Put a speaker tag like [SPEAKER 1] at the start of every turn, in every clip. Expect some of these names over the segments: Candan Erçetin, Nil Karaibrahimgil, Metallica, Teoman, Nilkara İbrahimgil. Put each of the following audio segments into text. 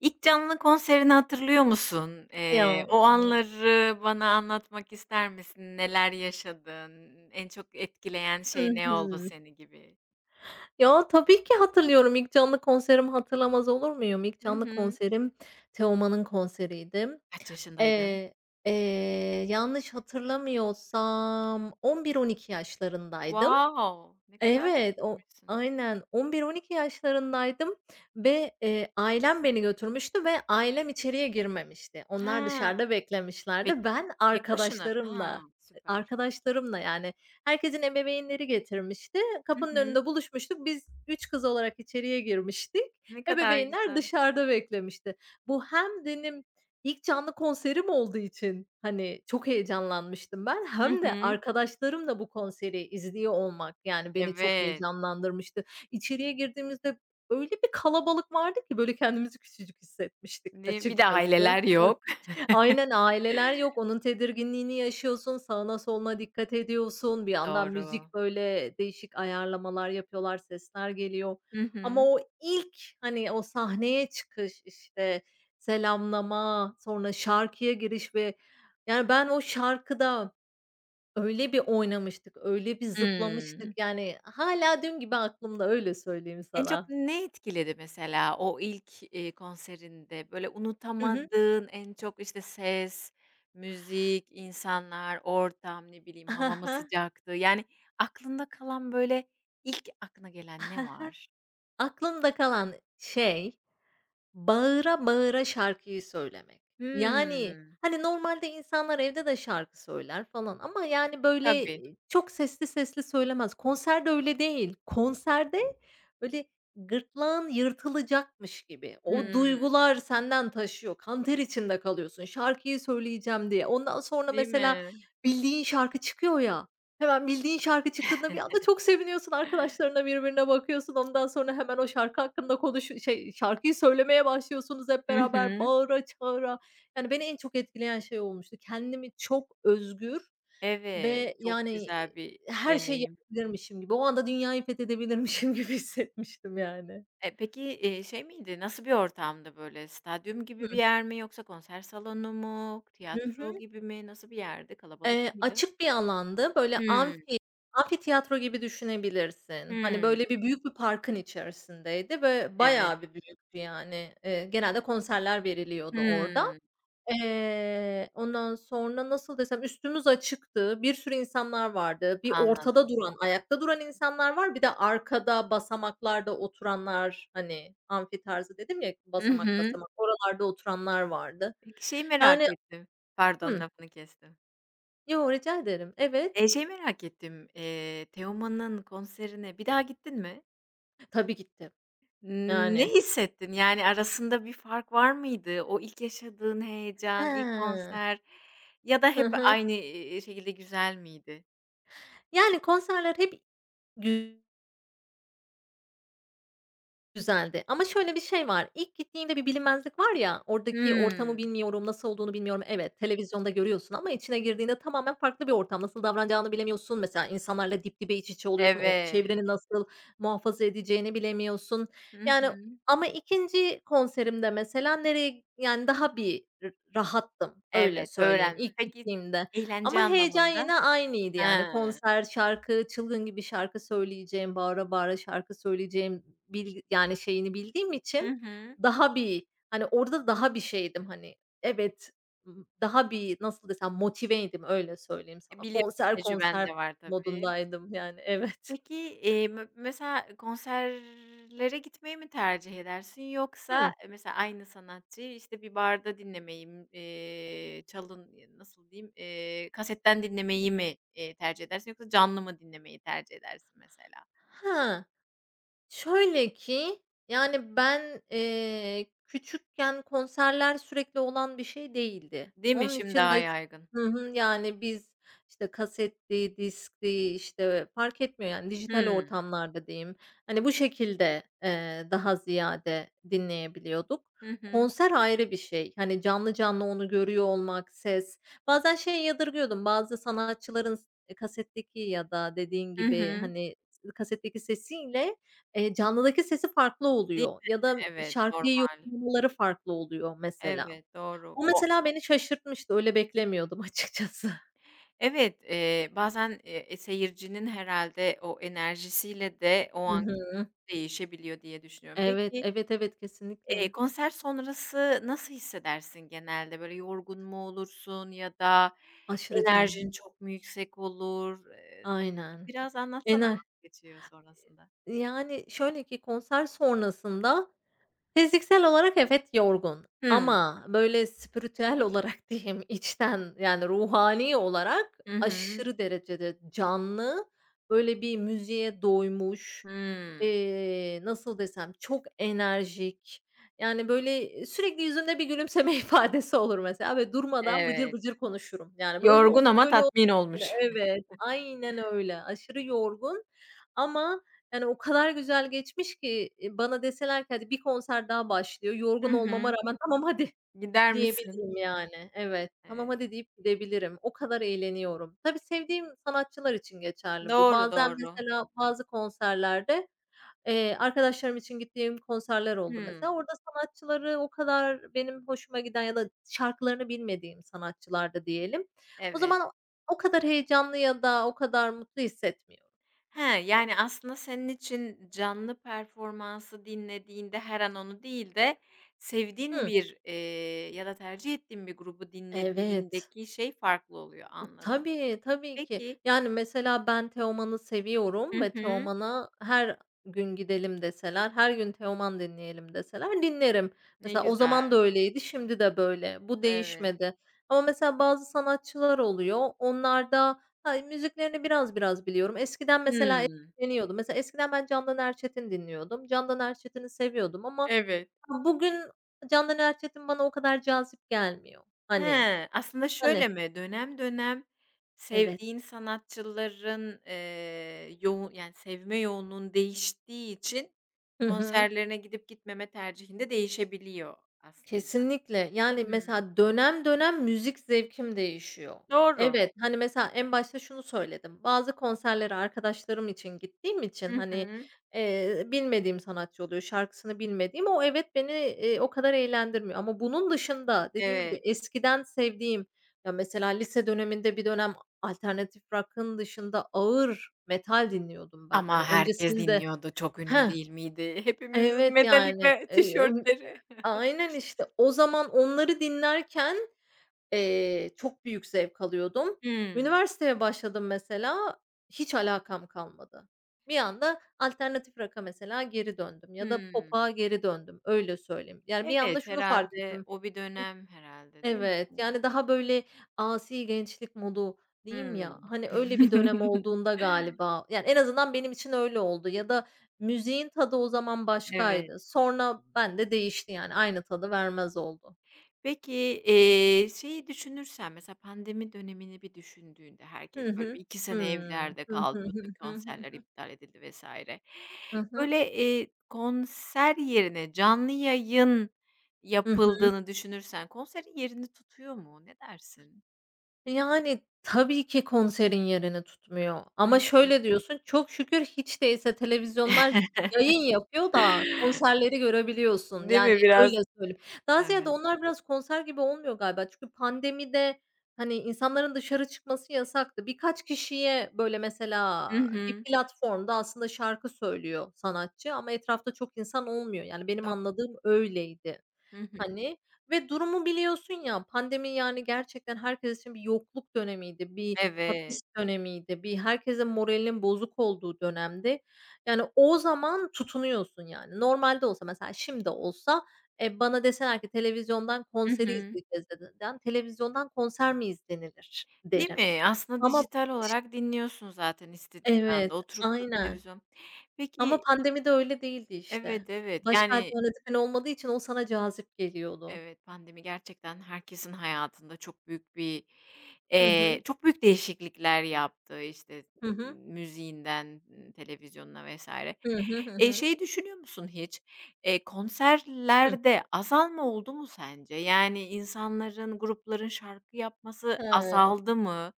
[SPEAKER 1] İlk canlı konserini hatırlıyor musun?
[SPEAKER 2] Ya.
[SPEAKER 1] O anları bana anlatmak ister misin? Neler yaşadın? En çok etkileyen
[SPEAKER 2] Hı
[SPEAKER 1] şey ne oldu
[SPEAKER 2] hı.
[SPEAKER 1] seni gibi?
[SPEAKER 2] Ya, tabii ki hatırlıyorum. İlk canlı konserimi hatırlamaz olur muyum? İlk
[SPEAKER 1] Hı
[SPEAKER 2] canlı
[SPEAKER 1] hı.
[SPEAKER 2] konserim Teoman'ın konseriydi.
[SPEAKER 1] Kaç yaşındaydın?
[SPEAKER 2] Eee, Yanlış hatırlamıyorsam 11-12 yaşlarındaydım.
[SPEAKER 1] Wow! Ne kadar
[SPEAKER 2] Evet,
[SPEAKER 1] küçükmüşsün.
[SPEAKER 2] aynen, 11-12 yaşlarındaydım ve, ailem beni götürmüştü ve ailem içeriye girmemişti. Onlar
[SPEAKER 1] Ha.
[SPEAKER 2] dışarıda beklemişlerdi.
[SPEAKER 1] Peki,
[SPEAKER 2] Ben
[SPEAKER 1] tek başına? Ha,
[SPEAKER 2] arkadaşlarımla, e
[SPEAKER 1] süper.
[SPEAKER 2] arkadaşlarımla, yani, herkesin ebeveynleri getirmişti.
[SPEAKER 1] Hı
[SPEAKER 2] Kapının
[SPEAKER 1] hı.
[SPEAKER 2] önünde buluşmuştuk. Biz 3 kız olarak içeriye girmiştik.
[SPEAKER 1] Ne kadar
[SPEAKER 2] Ebeveynler
[SPEAKER 1] güzel.
[SPEAKER 2] dışarıda beklemişti. Bu hem benim İlk canlı konserim olduğu için, hani, çok heyecanlanmıştım ben.
[SPEAKER 1] Hı
[SPEAKER 2] Hem de
[SPEAKER 1] hı.
[SPEAKER 2] arkadaşlarımla bu konseri izliyor olmak, yani, beni çok
[SPEAKER 1] Evet.
[SPEAKER 2] heyecanlandırmıştı. İçeriye girdiğimizde öyle bir kalabalık vardı ki böyle kendimizi küçücük hissetmiştik
[SPEAKER 1] Bir de
[SPEAKER 2] açıkçası.
[SPEAKER 1] aileler yok.
[SPEAKER 2] Aynen, aileler yok. Onun tedirginliğini yaşıyorsun. Sağına soluna dikkat ediyorsun. Bir yandan
[SPEAKER 1] Doğru.
[SPEAKER 2] müzik, böyle, değişik ayarlamalar yapıyorlar, sesler geliyor.
[SPEAKER 1] Hı
[SPEAKER 2] Ama
[SPEAKER 1] hı.
[SPEAKER 2] o ilk, hani, o sahneye çıkış, işte, selamlama, sonra şarkıya giriş ve yani, ben o şarkıda öyle bir oynamıştık, öyle bir
[SPEAKER 1] Hıı.
[SPEAKER 2] zıplamıştık, yani, hala dün gibi aklımda, öyle söyleyeyim
[SPEAKER 1] En çok
[SPEAKER 2] sana.
[SPEAKER 1] ne etkiledi mesela o ilk, konserinde? Böyle unutamadığın en çok, işte, ses, müzik, insanlar, ortam, ne bileyim,
[SPEAKER 2] Hı
[SPEAKER 1] hava mı
[SPEAKER 2] hı.
[SPEAKER 1] sıcaktı? Yani aklında kalan, böyle, ilk aklına gelen ne var?
[SPEAKER 2] Aklımda kalan şey, bağıra bağıra şarkıyı söylemek. Yani,
[SPEAKER 1] Hımm.
[SPEAKER 2] hani, normalde insanlar evde de şarkı söyler falan ama, yani, böyle,
[SPEAKER 1] Tabii.
[SPEAKER 2] çok sesli sesli söylemez. Konserde öyle değil. Konserde böyle gırtlağın yırtılacakmış gibi, o
[SPEAKER 1] Hımm.
[SPEAKER 2] duygular senden taşıyor, kanter içinde kalıyorsun şarkıyı söyleyeceğim diye. Ondan sonra
[SPEAKER 1] Değil
[SPEAKER 2] mesela
[SPEAKER 1] mi?
[SPEAKER 2] bildiğin şarkı çıkıyor ya, hemen bildiğin şarkı çıktığında bir anda çok seviniyorsun, arkadaşlarına birbirine bakıyorsun. Ondan sonra hemen o şarkı hakkında şarkıyı söylemeye başlıyorsunuz hep
[SPEAKER 1] Hı
[SPEAKER 2] beraber
[SPEAKER 1] hı.
[SPEAKER 2] bağıra çağıra. Yani beni en çok etkileyen şey olmuştu. Kendimi çok özgür
[SPEAKER 1] Evet,
[SPEAKER 2] ve
[SPEAKER 1] çok
[SPEAKER 2] yani,
[SPEAKER 1] güzel bir
[SPEAKER 2] her şeyi
[SPEAKER 1] deneyim.
[SPEAKER 2] yapabilirmişim gibi, o anda dünyayı fethedebilirmişim gibi hissetmiştim yani.
[SPEAKER 1] Peki, şey miydi, nasıl bir ortamdı böyle? Stadyum gibi bir
[SPEAKER 2] Hı
[SPEAKER 1] yer mi yoksa konser salonu mu, tiyatro
[SPEAKER 2] hı.
[SPEAKER 1] gibi mi? Nasıl bir yerdi? Kalabalık mıydı?
[SPEAKER 2] Açık bir alandı. Böyle
[SPEAKER 1] Hımm.
[SPEAKER 2] amfiteyatro gibi düşünebilirsin. Hani,
[SPEAKER 1] Hımm.
[SPEAKER 2] böyle bir büyük bir parkın içerisindeydi ve
[SPEAKER 1] Evet.
[SPEAKER 2] bayağı bir büyüktü yani. Genelde konserler veriliyordu orada.
[SPEAKER 1] Hımm.
[SPEAKER 2] Ondan sonra nasıl desem üstümüz açıktı. Bir sürü insanlar vardı. Bir ortada
[SPEAKER 1] Anladım.
[SPEAKER 2] duran, ayakta duran insanlar var. Bir de arkada basamaklarda oturanlar, hani, amfi tarzı dedim ya,
[SPEAKER 1] Hı
[SPEAKER 2] basamak
[SPEAKER 1] hı.
[SPEAKER 2] basamak oralarda oturanlar vardı.
[SPEAKER 1] Peki, şeyi
[SPEAKER 2] Yani.
[SPEAKER 1] merak ettim. Pardon,
[SPEAKER 2] Hıh.
[SPEAKER 1] lafını kestim.
[SPEAKER 2] Yo, rica ederim. Evet.
[SPEAKER 1] Şeyi merak ettim. Teoman'ın konserine bir daha gittin mi?
[SPEAKER 2] Tabii gittim.
[SPEAKER 1] Ne
[SPEAKER 2] Yani.
[SPEAKER 1] hissettin? Yani, arasında bir fark var mıydı? O ilk yaşadığın heyecan, ilk
[SPEAKER 2] He.
[SPEAKER 1] konser ya da
[SPEAKER 2] Hı
[SPEAKER 1] hep
[SPEAKER 2] hı.
[SPEAKER 1] aynı, şekilde güzel miydi?
[SPEAKER 2] Yani konserler hep gü güzeldi ama şöyle bir şey var. İlk gittiğinde bir bilinmezlik var ya, oradaki ortamı
[SPEAKER 1] Hımm.
[SPEAKER 2] bilmiyorum, nasıl olduğunu bilmiyorum. Evet, televizyonda görüyorsun ama içine girdiğinde tamamen farklı bir ortam. Nasıl davranacağını bilemiyorsun. Mesela insanlarla dip dibe, iç içe oluyorsun. O
[SPEAKER 1] Evet.
[SPEAKER 2] çevreni nasıl muhafaza edeceğini bilemiyorsun.
[SPEAKER 1] Hı
[SPEAKER 2] Yani
[SPEAKER 1] hı.
[SPEAKER 2] ama ikinci konserimde mesela nereye yani daha bir rahattım, öyle
[SPEAKER 1] Evet.
[SPEAKER 2] söyleyeyim ilk
[SPEAKER 1] Peki,
[SPEAKER 2] gittiğimde.
[SPEAKER 1] eğlence
[SPEAKER 2] Ama heyecan yine
[SPEAKER 1] anlamında.
[SPEAKER 2] aynıydı
[SPEAKER 1] He.
[SPEAKER 2] yani. Konser, şarkı, çılgın gibi şarkı söyleyeceğim, bağıra bağıra şarkı söyleyeceğim, yani, şeyini bildiğim
[SPEAKER 1] Hı
[SPEAKER 2] için
[SPEAKER 1] hı.
[SPEAKER 2] daha bir, hani, orada daha bir şeydim, hani, evet, daha bir nasıl desem motiveydim, öyle söyleyeyim sana.
[SPEAKER 1] Biliyorum,
[SPEAKER 2] Konser
[SPEAKER 1] tecrüben
[SPEAKER 2] konser
[SPEAKER 1] de var tabii.
[SPEAKER 2] modundaydım yani, evet.
[SPEAKER 1] Peki, mesela konserlere gitmeyi mi tercih edersin yoksa,
[SPEAKER 2] Hımm.
[SPEAKER 1] mesela aynı sanatçıyı, işte, bir barda dinlemeyi m çalın ya nasıl diyeyim, kasetten dinlemeyi mi, tercih edersin yoksa canlı mı dinlemeyi tercih edersin mesela?
[SPEAKER 2] He. Şöyle ki, yani, ben, küçükken konserler sürekli olan bir şey değildi.
[SPEAKER 1] Değil mi?
[SPEAKER 2] Onun
[SPEAKER 1] Şimdi
[SPEAKER 2] için
[SPEAKER 1] daha
[SPEAKER 2] de.
[SPEAKER 1] yaygın.
[SPEAKER 2] Hı hı. Yani, biz, işte, kasetti, diskti, işte, fark etmiyor, yani, dijital
[SPEAKER 1] Hımm.
[SPEAKER 2] ortamlarda diyeyim. Hani, bu şekilde, daha ziyade dinleyebiliyorduk.
[SPEAKER 1] Hı hı.
[SPEAKER 2] Konser ayrı bir şey. Hani, canlı canlı onu görüyor olmak, ses. Bazen şey yadırgıyordum, bazı sanatçıların kasetteki ya da dediğin
[SPEAKER 1] Hı
[SPEAKER 2] gibi,
[SPEAKER 1] hı.
[SPEAKER 2] hani, kasetteki sesiyle canlıdaki sesi farklı
[SPEAKER 1] Değil
[SPEAKER 2] oluyor ya da
[SPEAKER 1] Evet,
[SPEAKER 2] şarkıyı
[SPEAKER 1] normal.
[SPEAKER 2] yorumlamaları farklı oluyor mesela.
[SPEAKER 1] Evet, doğru.
[SPEAKER 2] O mesela beni şaşırtmıştı, öyle beklemiyordum açıkçası.
[SPEAKER 1] Evet, bazen, seyircinin herhâlde o enerjisiyle de o
[SPEAKER 2] Hı
[SPEAKER 1] anki
[SPEAKER 2] hı.
[SPEAKER 1] değişebiliyor diye düşünüyorum.
[SPEAKER 2] Evet,
[SPEAKER 1] Peki,
[SPEAKER 2] evet, evet, kesinlikle.
[SPEAKER 1] konser sonrası nasıl hissedersin genelde? Böyle yorgun mu olursun ya da
[SPEAKER 2] Aşırı canlı.
[SPEAKER 1] enerjin çok mu yüksek olur?
[SPEAKER 2] Aynen.
[SPEAKER 1] Biraz anlatsana
[SPEAKER 2] Ener
[SPEAKER 1] nasıl geçiyor sonrasında?
[SPEAKER 2] yani şöyle ki konser sonrasında fiziksel olarak evet yorgun
[SPEAKER 1] Hımm.
[SPEAKER 2] ama böyle spiritüel olarak diyeyim, içten, yani ruhani olarak
[SPEAKER 1] Hı hı.
[SPEAKER 2] aşırı derecede canlı, böyle bir müziğe doymuş,
[SPEAKER 1] Hımm.
[SPEAKER 2] nasıl desem, çok enerjik, yani, böyle, sürekli yüzümde bir gülümseme ifadesi olur mesela ve durmadan bıcır
[SPEAKER 1] Evet.
[SPEAKER 2] bıcır konuşurum. Yani, böyle
[SPEAKER 1] Yorgun
[SPEAKER 2] oldu,
[SPEAKER 1] ama
[SPEAKER 2] böyle oldu.
[SPEAKER 1] tatmin olmuş.
[SPEAKER 2] Evet, aynen öyle. Aşırı yorgun ama yani, o kadar güzel geçmiş ki, bana deseler ki, "Hadi, bir konser daha başlıyor."
[SPEAKER 1] Hı
[SPEAKER 2] yorgun olmama
[SPEAKER 1] hı.
[SPEAKER 2] rağmen, "Tamam, hadi."
[SPEAKER 1] Gider misin?
[SPEAKER 2] diyebilirim, yani. Evet, "Tamam,
[SPEAKER 1] Evet.
[SPEAKER 2] hadi." deyip gidebilirim. O kadar eğleniyorum. Tabii, sevdiğim sanatçılar için geçerli bu.
[SPEAKER 1] Doğru,
[SPEAKER 2] Bazen
[SPEAKER 1] doğru.
[SPEAKER 2] mesela bazı konserlerde, arkadaşlarım için gittiğim konserler oldu mesela.
[SPEAKER 1] Hımm,
[SPEAKER 2] Orada sanatçıları o kadar benim hoşuma giden ya da şarkılarını bilmediğim sanatçılar da diyelim. O
[SPEAKER 1] evet.
[SPEAKER 2] zaman o kadar heyecanlı ya da o kadar mutlu hissetmiyorum.
[SPEAKER 1] He, yani, aslında senin için canlı performansı dinlediğinde her an onu değil de sevdiğin
[SPEAKER 2] Hıı.
[SPEAKER 1] bir, ya da tercih ettiğin bir grubu
[SPEAKER 2] Evet.
[SPEAKER 1] dinlediğindeki şey farklı oluyor, anladım.
[SPEAKER 2] Tabii, tabii ki.
[SPEAKER 1] Peki.
[SPEAKER 2] Yani, mesela ben Teoman'ı
[SPEAKER 1] Hı
[SPEAKER 2] seviyorum ve
[SPEAKER 1] hı.
[SPEAKER 2] Teoman'a her gün gidelim deseler, her gün Teoman dinleyelim deseler dinlerim.
[SPEAKER 1] Ne
[SPEAKER 2] Mesela o zaman da
[SPEAKER 1] güzel.
[SPEAKER 2] öyleydi, şimdi de böyle. Bu
[SPEAKER 1] Evet.
[SPEAKER 2] değişmedi. Ama mesela bazı sanatçılar oluyor. Onlarda, ha, müziklerini biraz biraz biliyorum. Eskiden mesela
[SPEAKER 1] Hımm.
[SPEAKER 2] dinliyordum. Mesela eskiden ben Candan Erçetin dinliyordum. Candan Erçetin'i seviyordum ama
[SPEAKER 1] Evet.
[SPEAKER 2] bugün Candan Erçetin bana o kadar cazip gelmiyor.
[SPEAKER 1] He,
[SPEAKER 2] Hani,
[SPEAKER 1] aslında
[SPEAKER 2] hani
[SPEAKER 1] şöyle mi? Dönem dönem
[SPEAKER 2] Evet.
[SPEAKER 1] sevdiğin sanatçıların, yoğu yani sevme yoğunluğun değiştiği için
[SPEAKER 2] Hı hı.
[SPEAKER 1] konserlerine gidip gitmeme tercihin de değişebiliyor aslında.
[SPEAKER 2] Kesinlikle. Yani,
[SPEAKER 1] Hımm,
[SPEAKER 2] mesela dönem dönem müzik zevkim değişiyor.
[SPEAKER 1] doğru.
[SPEAKER 2] Evet, hani, mesela en başta şunu söyledim. Bazı konserlere arkadaşlarım için gittiğim için,
[SPEAKER 1] Hı
[SPEAKER 2] hani,
[SPEAKER 1] hı.
[SPEAKER 2] bilmediğim sanatçı oluyor, şarkısını bilmediğim. O evet, beni, o kadar eğlendirmiyor ama bunun dışında dediğim gibi
[SPEAKER 1] Evet.
[SPEAKER 2] eskiden sevdiğim, ya, mesela lise döneminde bir dönem alternatif rock'ın dışında ağır metal dinliyordum ben. Hani,
[SPEAKER 1] Ama herkes
[SPEAKER 2] öncesinde
[SPEAKER 1] dinliyordu. Çok ünlü değil miydi? Hepimizin
[SPEAKER 2] Evet, yani,
[SPEAKER 1] Metallica tişörtleri.
[SPEAKER 2] aynen işte. O zaman onları dinlerken, çok büyük zevk alıyordum.
[SPEAKER 1] Hımm.
[SPEAKER 2] Üniversiteye başladım mesela, hiç alakam kalmadı. Bir anda alternatif rock'a mesela geri döndüm ya da
[SPEAKER 1] Hımm.
[SPEAKER 2] pop'a geri döndüm, öyle söyleyeyim. Yani bir anda
[SPEAKER 1] Evet,
[SPEAKER 2] şunu fark
[SPEAKER 1] herhâlde
[SPEAKER 2] ettim.
[SPEAKER 1] o bir dönem herhâlde değil mi?
[SPEAKER 2] Evet, yani, daha böyle asi gençlik modu diyeyim ya,
[SPEAKER 1] Hımm.
[SPEAKER 2] hani, öyle bir dönem olduğunda galiba, yani, en azından benim için öyle oldu ya da müziğin tadı o zaman
[SPEAKER 1] Evet.
[SPEAKER 2] başkaydı. Sonra bende değişti, yani, aynı tadı vermez oldu.
[SPEAKER 1] Peki, şeyi düşünürsen mesela pandemi dönemini bir düşündüğünde
[SPEAKER 2] Hı
[SPEAKER 1] herkes böyle bir
[SPEAKER 2] hı.
[SPEAKER 1] 2 sene evlerde
[SPEAKER 2] Hı
[SPEAKER 1] kaldı,
[SPEAKER 2] hı,
[SPEAKER 1] bütün
[SPEAKER 2] hı
[SPEAKER 1] konserler
[SPEAKER 2] hı.
[SPEAKER 1] iptal edildi vesaire.
[SPEAKER 2] Hı hı.
[SPEAKER 1] Böyle, konser yerine canlı yayın
[SPEAKER 2] Hı hı.
[SPEAKER 1] yapıldığını düşünürsen konserin yerini tutuyor mu? Ne dersin?
[SPEAKER 2] Yani, tabii ki konserin yerini tutmuyor ama
[SPEAKER 1] Hı.
[SPEAKER 2] şöyle diyorsun, çok şükür hiç değilse televizyonlar yayın yapıyor da konserleri görebiliyorsun.
[SPEAKER 1] Değil
[SPEAKER 2] Yani,
[SPEAKER 1] mi
[SPEAKER 2] öyle
[SPEAKER 1] biraz?
[SPEAKER 2] söyleyeyim. Daha ziyade
[SPEAKER 1] Evet.
[SPEAKER 2] onlar biraz konser gibi olmuyor galiba çünkü pandemide, hani, insanların dışarı çıkması yasaktı. Birkaç kişiye, böyle, mesela
[SPEAKER 1] Hı
[SPEAKER 2] bir
[SPEAKER 1] hı.
[SPEAKER 2] platformda aslında şarkı söylüyor sanatçı ama etrafta çok insan olmuyor. Yani, benim
[SPEAKER 1] Do
[SPEAKER 2] anladığım öyleydi.
[SPEAKER 1] Hı hı.
[SPEAKER 2] Hani ve durumu biliyorsun ya, pandemi, yani, gerçekten herkes için bir yokluk dönemiydi, bir
[SPEAKER 1] Evet.
[SPEAKER 2] hapis dönemiydi, bir herkesin moralinin bozuk olduğu dönemdi. Yani, o zaman tutunuyorsun, yani. Normalde olsa mesela şimdi olsa, bana deseler ki televizyondan
[SPEAKER 1] Hı
[SPEAKER 2] konseri
[SPEAKER 1] hı.
[SPEAKER 2] izleyeceğiz dediğinden televizyondan konser mi izlenilir
[SPEAKER 1] Değil
[SPEAKER 2] derim.
[SPEAKER 1] mi? Aslında
[SPEAKER 2] Ama
[SPEAKER 1] dijital
[SPEAKER 2] iş
[SPEAKER 1] olarak dinliyorsun zaten istediğin anda,
[SPEAKER 2] Evet,
[SPEAKER 1] oturup da
[SPEAKER 2] aynen.
[SPEAKER 1] televizyon.
[SPEAKER 2] Ama
[SPEAKER 1] Peki.
[SPEAKER 2] pandemi de öyle değildi işte.
[SPEAKER 1] Evet, evet.
[SPEAKER 2] Başka
[SPEAKER 1] Yani,
[SPEAKER 2] alternatifin olmadığı için o sana cazip geliyordu.
[SPEAKER 1] evet, pandemi gerçekten herkesin hayatında çok büyük bir,
[SPEAKER 2] Hı hı.
[SPEAKER 1] çok büyük değişiklikler yaptı. İşte
[SPEAKER 2] Hı hı.
[SPEAKER 1] müziğinden, televizyonuna vs.
[SPEAKER 2] Hı hı. Hı hı.
[SPEAKER 1] Şeyi düşünüyor musun hiç?
[SPEAKER 2] Hıh.
[SPEAKER 1] Konserlerde azalma oldu mu sence? Yani insanların, grupların şarkı yapması
[SPEAKER 2] He.
[SPEAKER 1] azaldı mı?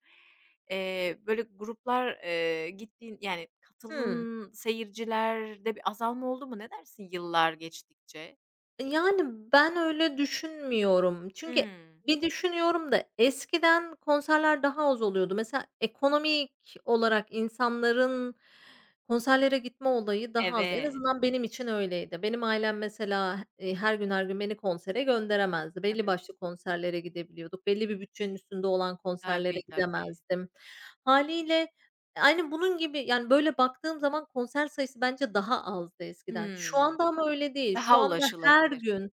[SPEAKER 1] Böyle gruplar, gittiğin yani
[SPEAKER 2] Hımm.
[SPEAKER 1] katıldığın seyircilerde bir azalma oldu mu? Ne dersin yıllar geçtikçe?
[SPEAKER 2] Yani, ben öyle düşünmüyorum. Çünkü
[SPEAKER 1] Hımm.
[SPEAKER 2] bir düşünüyorum da eskiden konserler daha az oluyordu. Mesela ekonomik olarak insanların konserlere gitme olayı daha az. En
[SPEAKER 1] Evet.
[SPEAKER 2] azından benim için öyleydi. Benim ailem mesela, her gün her gün beni konsere gönderemezdi. Belli
[SPEAKER 1] Tabii,
[SPEAKER 2] başlı konserlere gidebiliyorduk. Belli bir bütçenin üstünde olan konserlere
[SPEAKER 1] tabii, tabii.
[SPEAKER 2] gidemezdim. Hâliyle. Aynı bunun gibi, yani, böyle baktığım zaman konser sayısı bence daha azdı eskiden. Şu
[SPEAKER 1] Hımm.
[SPEAKER 2] anda ama öyle değil. Şu
[SPEAKER 1] Daha
[SPEAKER 2] anda her
[SPEAKER 1] ulaşılabilir.
[SPEAKER 2] gün.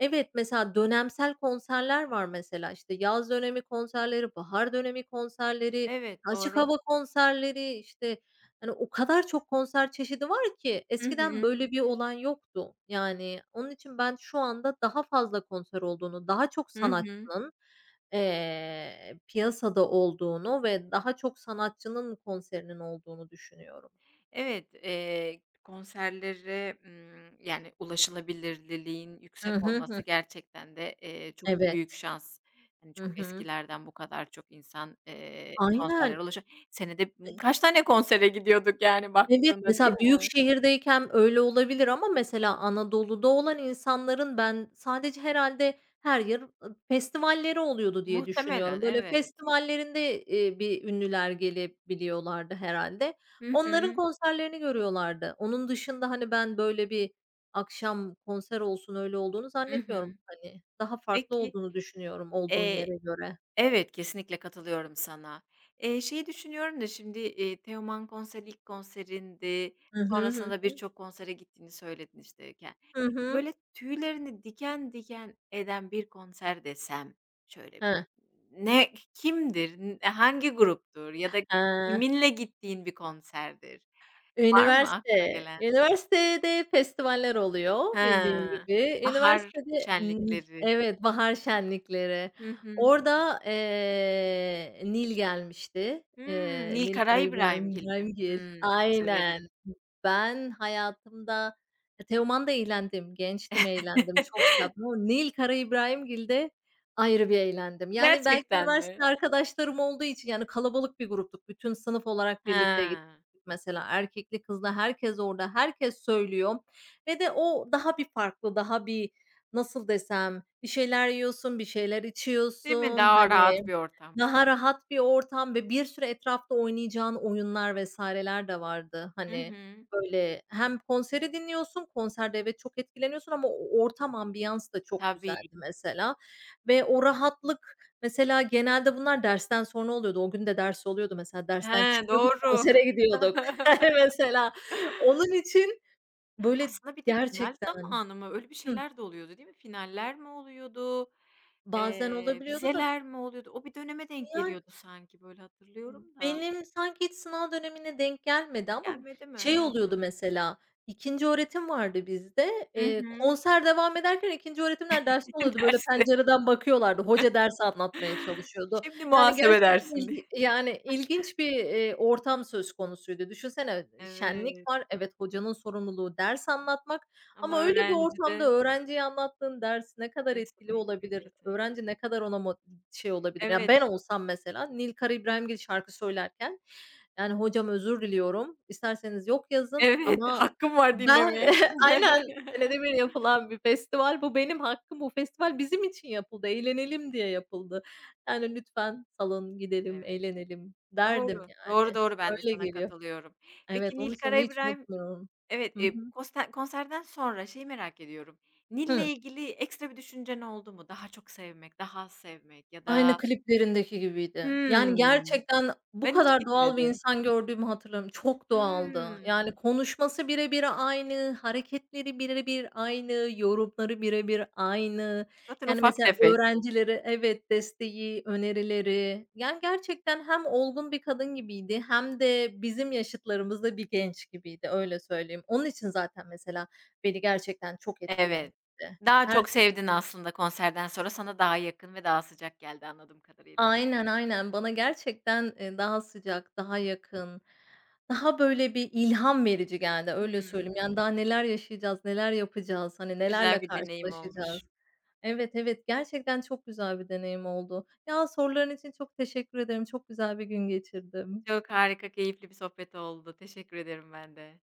[SPEAKER 2] Evet, mesela dönemsel konserler var mesela, işte, yaz dönemi konserleri, bahar dönemi konserleri,
[SPEAKER 1] Evet,
[SPEAKER 2] açık
[SPEAKER 1] doğru.
[SPEAKER 2] hava konserleri, işte, hani, o kadar çok konser çeşidi var ki
[SPEAKER 1] Hı
[SPEAKER 2] eskiden
[SPEAKER 1] hı.
[SPEAKER 2] böyle bir olay yoktu. Yani, onun için ben şu anda daha fazla konser olduğunu, daha çok
[SPEAKER 1] Hı hı.
[SPEAKER 2] sanatçının piyasada olduğunu ve daha çok sanatçının konserinin olduğunu düşünüyorum.
[SPEAKER 1] Evet, konserlere, yani, ulaşılabilirliğin yüksek
[SPEAKER 2] Hı hı.
[SPEAKER 1] olması
[SPEAKER 2] Hı.
[SPEAKER 1] gerçekten de, çok büyük
[SPEAKER 2] Evet.
[SPEAKER 1] şans. Hani,
[SPEAKER 2] Hı
[SPEAKER 1] çok
[SPEAKER 2] hı.
[SPEAKER 1] eskilerden bu kadar çok insan,
[SPEAKER 2] Aynen.
[SPEAKER 1] konserlere. Senede, kaç tane konsere gidiyorduk, yani,
[SPEAKER 2] Evet,
[SPEAKER 1] baktığında, değil
[SPEAKER 2] mesela büyük
[SPEAKER 1] mi?
[SPEAKER 2] şehirdeyken öyle olabilir ama mesela Anadolu'da olan insanların ben sadece herhâlde her yıl, festivalleri oluyordu diye
[SPEAKER 1] Muhtemelen,
[SPEAKER 2] düşünüyorum. Böyle
[SPEAKER 1] evet.
[SPEAKER 2] festivallerinde, bir ünlüler gelebiliyorlardı herhâlde.
[SPEAKER 1] Hı
[SPEAKER 2] Onların
[SPEAKER 1] hı.
[SPEAKER 2] konserlerini görüyorlardı. Onun dışında, hani, ben böyle bir akşam konser olsun öyle olduğunu
[SPEAKER 1] Hı
[SPEAKER 2] zannetmiyorum.
[SPEAKER 1] hı.
[SPEAKER 2] Hani, daha farklı
[SPEAKER 1] Peki,
[SPEAKER 2] olduğunu düşünüyorum olduğun
[SPEAKER 1] eee
[SPEAKER 2] yere göre.
[SPEAKER 1] Evet, kesinlikle katılıyorum sana. Şeyi düşünüyorum da şimdi, Teoman konseri ilk konserindi.
[SPEAKER 2] Hı hı.
[SPEAKER 1] Sonrasında
[SPEAKER 2] Hı
[SPEAKER 1] da
[SPEAKER 2] hı.
[SPEAKER 1] birçok konsere gittiğini söyledin, işte,
[SPEAKER 2] Hı hı.
[SPEAKER 1] böyle, tüylerini diken diken eden bir konser desem şöyle bir
[SPEAKER 2] Heh.
[SPEAKER 1] kimdir, hangi gruptur ya da
[SPEAKER 2] He.
[SPEAKER 1] kiminle gittiğin bir konserdir? Var mı aklına
[SPEAKER 2] Üniversite,
[SPEAKER 1] gelen?
[SPEAKER 2] üniversitede festivaller oluyor bildiğin
[SPEAKER 1] He,
[SPEAKER 2] gibi.
[SPEAKER 1] bahar
[SPEAKER 2] Üniversitede
[SPEAKER 1] şenlikleri.
[SPEAKER 2] evet, bahar şenlikleri.
[SPEAKER 1] Hı hı.
[SPEAKER 2] Orada, Nil gelmişti.
[SPEAKER 1] Hımm,
[SPEAKER 2] Nil
[SPEAKER 1] Nilkara
[SPEAKER 2] Karaibrahim
[SPEAKER 1] İbrahimgil mi?
[SPEAKER 2] İbrahimgil.
[SPEAKER 1] Hımm, çok
[SPEAKER 2] Aynen.
[SPEAKER 1] severim.
[SPEAKER 2] Ben hayatımda Teoman'da eğlendim, gençtim, eğlendim, çok şey yaptım ama Nil Karaibrahimgil'de ayrı bir eğlendim. Yani belki
[SPEAKER 1] Gerçekten mi?
[SPEAKER 2] üniversite arkadaşlarım olduğu için, yani, kalabalık bir gruptuk, bütün sınıf olarak birlikte
[SPEAKER 1] He.
[SPEAKER 2] mesela erkekli kızla herkes orada, herkes söylüyor ve de o daha bir farklı, daha bir nasıl desem, bir şeyler yiyorsun, bir şeyler
[SPEAKER 1] Değil mi?
[SPEAKER 2] içiyorsun,
[SPEAKER 1] Daha
[SPEAKER 2] hani,
[SPEAKER 1] rahat bir ortam.
[SPEAKER 2] daha rahat bir ortam ve bir sürü etrafta oynayacağın oyunlar vesaireler de vardı.
[SPEAKER 1] Hı
[SPEAKER 2] Hani,
[SPEAKER 1] hı.
[SPEAKER 2] böyle hem konseri dinliyorsun, konserde evet çok etkileniyorsun ama o ortam, ambiyans da çok
[SPEAKER 1] Tabii.
[SPEAKER 2] güzeldi mesela ve o rahatlık. Mesela genelde bunlar dersten sonra oluyordu. O gün de ders oluyordu mesela. Dersten
[SPEAKER 1] He,
[SPEAKER 2] çıkıyorduk,
[SPEAKER 1] doğru.
[SPEAKER 2] konsere gidiyorduk. Mesela onun için böyle
[SPEAKER 1] Aslında bir de final
[SPEAKER 2] gerçekten.
[SPEAKER 1] zamanı mı? Öyle bir
[SPEAKER 2] Hıh.
[SPEAKER 1] şeyler de oluyordu, değil mi? Finaller mi oluyordu?
[SPEAKER 2] Bazen olabiliyordu da
[SPEAKER 1] Vizeler mi oluyordu? O bir döneme denk
[SPEAKER 2] yani.
[SPEAKER 1] geliyordu sanki, böyle hatırlıyorum da.
[SPEAKER 2] Benim sanki hiç sınav dönemine denk gelmedi ama
[SPEAKER 1] Gelmedi mi?
[SPEAKER 2] şey
[SPEAKER 1] Ha.
[SPEAKER 2] oluyordu mesela, ikinci öğretim vardı bizde.
[SPEAKER 1] Hı hı.
[SPEAKER 2] Konser devam ederken ikinci öğretimler derste oluyordu. Böyle
[SPEAKER 1] Derste.
[SPEAKER 2] pencereden bakıyorlardı. Hoca dersi anlatmaya çalışıyordu.
[SPEAKER 1] Şimdi
[SPEAKER 2] Yani
[SPEAKER 1] muhasebe
[SPEAKER 2] gerçekten
[SPEAKER 1] dersin diye.
[SPEAKER 2] ilginç bir, ortam söz konusuydu. Düşünsene, şenlik
[SPEAKER 1] Evet
[SPEAKER 2] var. Evet, hocanın sorumluluğu ders anlatmak
[SPEAKER 1] ama
[SPEAKER 2] ama öyle bir ortamda
[SPEAKER 1] öğrencide
[SPEAKER 2] öğrenciye anlattığın ders ne kadar etkili
[SPEAKER 1] kesinlikle,
[SPEAKER 2] olabilir?
[SPEAKER 1] kesinlikle.
[SPEAKER 2] Öğrenci ne kadar ona şey olabilir? Ya,
[SPEAKER 1] Evet,
[SPEAKER 2] ben olsam mesela Nil Karaibrahimgil şarkı söylerken, yani, "Hocam özür diliyorum, isterseniz yok yazın
[SPEAKER 1] evet
[SPEAKER 2] ama
[SPEAKER 1] hakkım var
[SPEAKER 2] ben."
[SPEAKER 1] dinlemeye.
[SPEAKER 2] Aynen, senede bir yapılan bir festival. Bu benim hakkım, bu festival bizim için yapıldı, eğlenelim diye yapıldı. Yani, lütfen salın, gidelim,
[SPEAKER 1] Evet.
[SPEAKER 2] eğlenelim derdim,
[SPEAKER 1] Doğru. Doğru,
[SPEAKER 2] yani.
[SPEAKER 1] doğru ben de
[SPEAKER 2] Öyle
[SPEAKER 1] sana
[SPEAKER 2] geliyor.
[SPEAKER 1] katılıyorum.
[SPEAKER 2] Evet,
[SPEAKER 1] Peki,
[SPEAKER 2] onun için onu
[SPEAKER 1] Nilkara
[SPEAKER 2] hiç
[SPEAKER 1] İbrahim.
[SPEAKER 2] unutmuyorum.
[SPEAKER 1] Evet,
[SPEAKER 2] Hı hı.
[SPEAKER 1] koste konserden sonra şeyi merak ediyorum. Nil'le
[SPEAKER 2] Hıı.
[SPEAKER 1] ilgili ekstra bir düşüncen oldu mu? Daha çok sevmek, daha az sevmek ya
[SPEAKER 2] Aynı
[SPEAKER 1] da...
[SPEAKER 2] kliplerindeki gibiydi. Yani,
[SPEAKER 1] Hımm.
[SPEAKER 2] gerçekten bu
[SPEAKER 1] Ben hiç
[SPEAKER 2] kadar doğal bir
[SPEAKER 1] gitmedim.
[SPEAKER 2] insan gördüğümü hatırlamıyorum. Çok doğaldı.
[SPEAKER 1] Hımm.
[SPEAKER 2] Yani, konuşması bire bir aynı, hareketleri bire bir aynı, yorumları bire bir aynı.
[SPEAKER 1] Zaten
[SPEAKER 2] Yani,
[SPEAKER 1] ufak
[SPEAKER 2] mesela
[SPEAKER 1] tefek.
[SPEAKER 2] öğrencilere. Evet, desteği, önerileri. Yani, gerçekten hem olgun bir kadın gibiydi hem de bizim yaşıtlarımızda bir genç gibiydi, öyle söyleyeyim. Onun için zaten mesela beni gerçekten çok
[SPEAKER 1] Evet.
[SPEAKER 2] etkilemişti.
[SPEAKER 1] Daha
[SPEAKER 2] Her
[SPEAKER 1] çok sevdin aslında konserden sonra sana daha yakın ve daha sıcak geldi anladığım kadarıyla.
[SPEAKER 2] Aynen, aynen. Bana gerçekten, daha sıcak, daha
[SPEAKER 1] Hı.
[SPEAKER 2] yakın, daha böyle bir ilham verici geldi, öyle söyleyeyim. Yani daha neler yaşayacağız, neler yapacağız, hani
[SPEAKER 1] Güzel
[SPEAKER 2] nelerle
[SPEAKER 1] bir deneyim olmuş.
[SPEAKER 2] karşılaşacağız. Evet, evet, gerçekten çok güzel bir deneyim oldu. Ya, soruların için çok teşekkür ederim. Çok güzel bir gün geçirdim.
[SPEAKER 1] Çok harika, keyifli bir sohbet oldu. Teşekkür ederim ben de.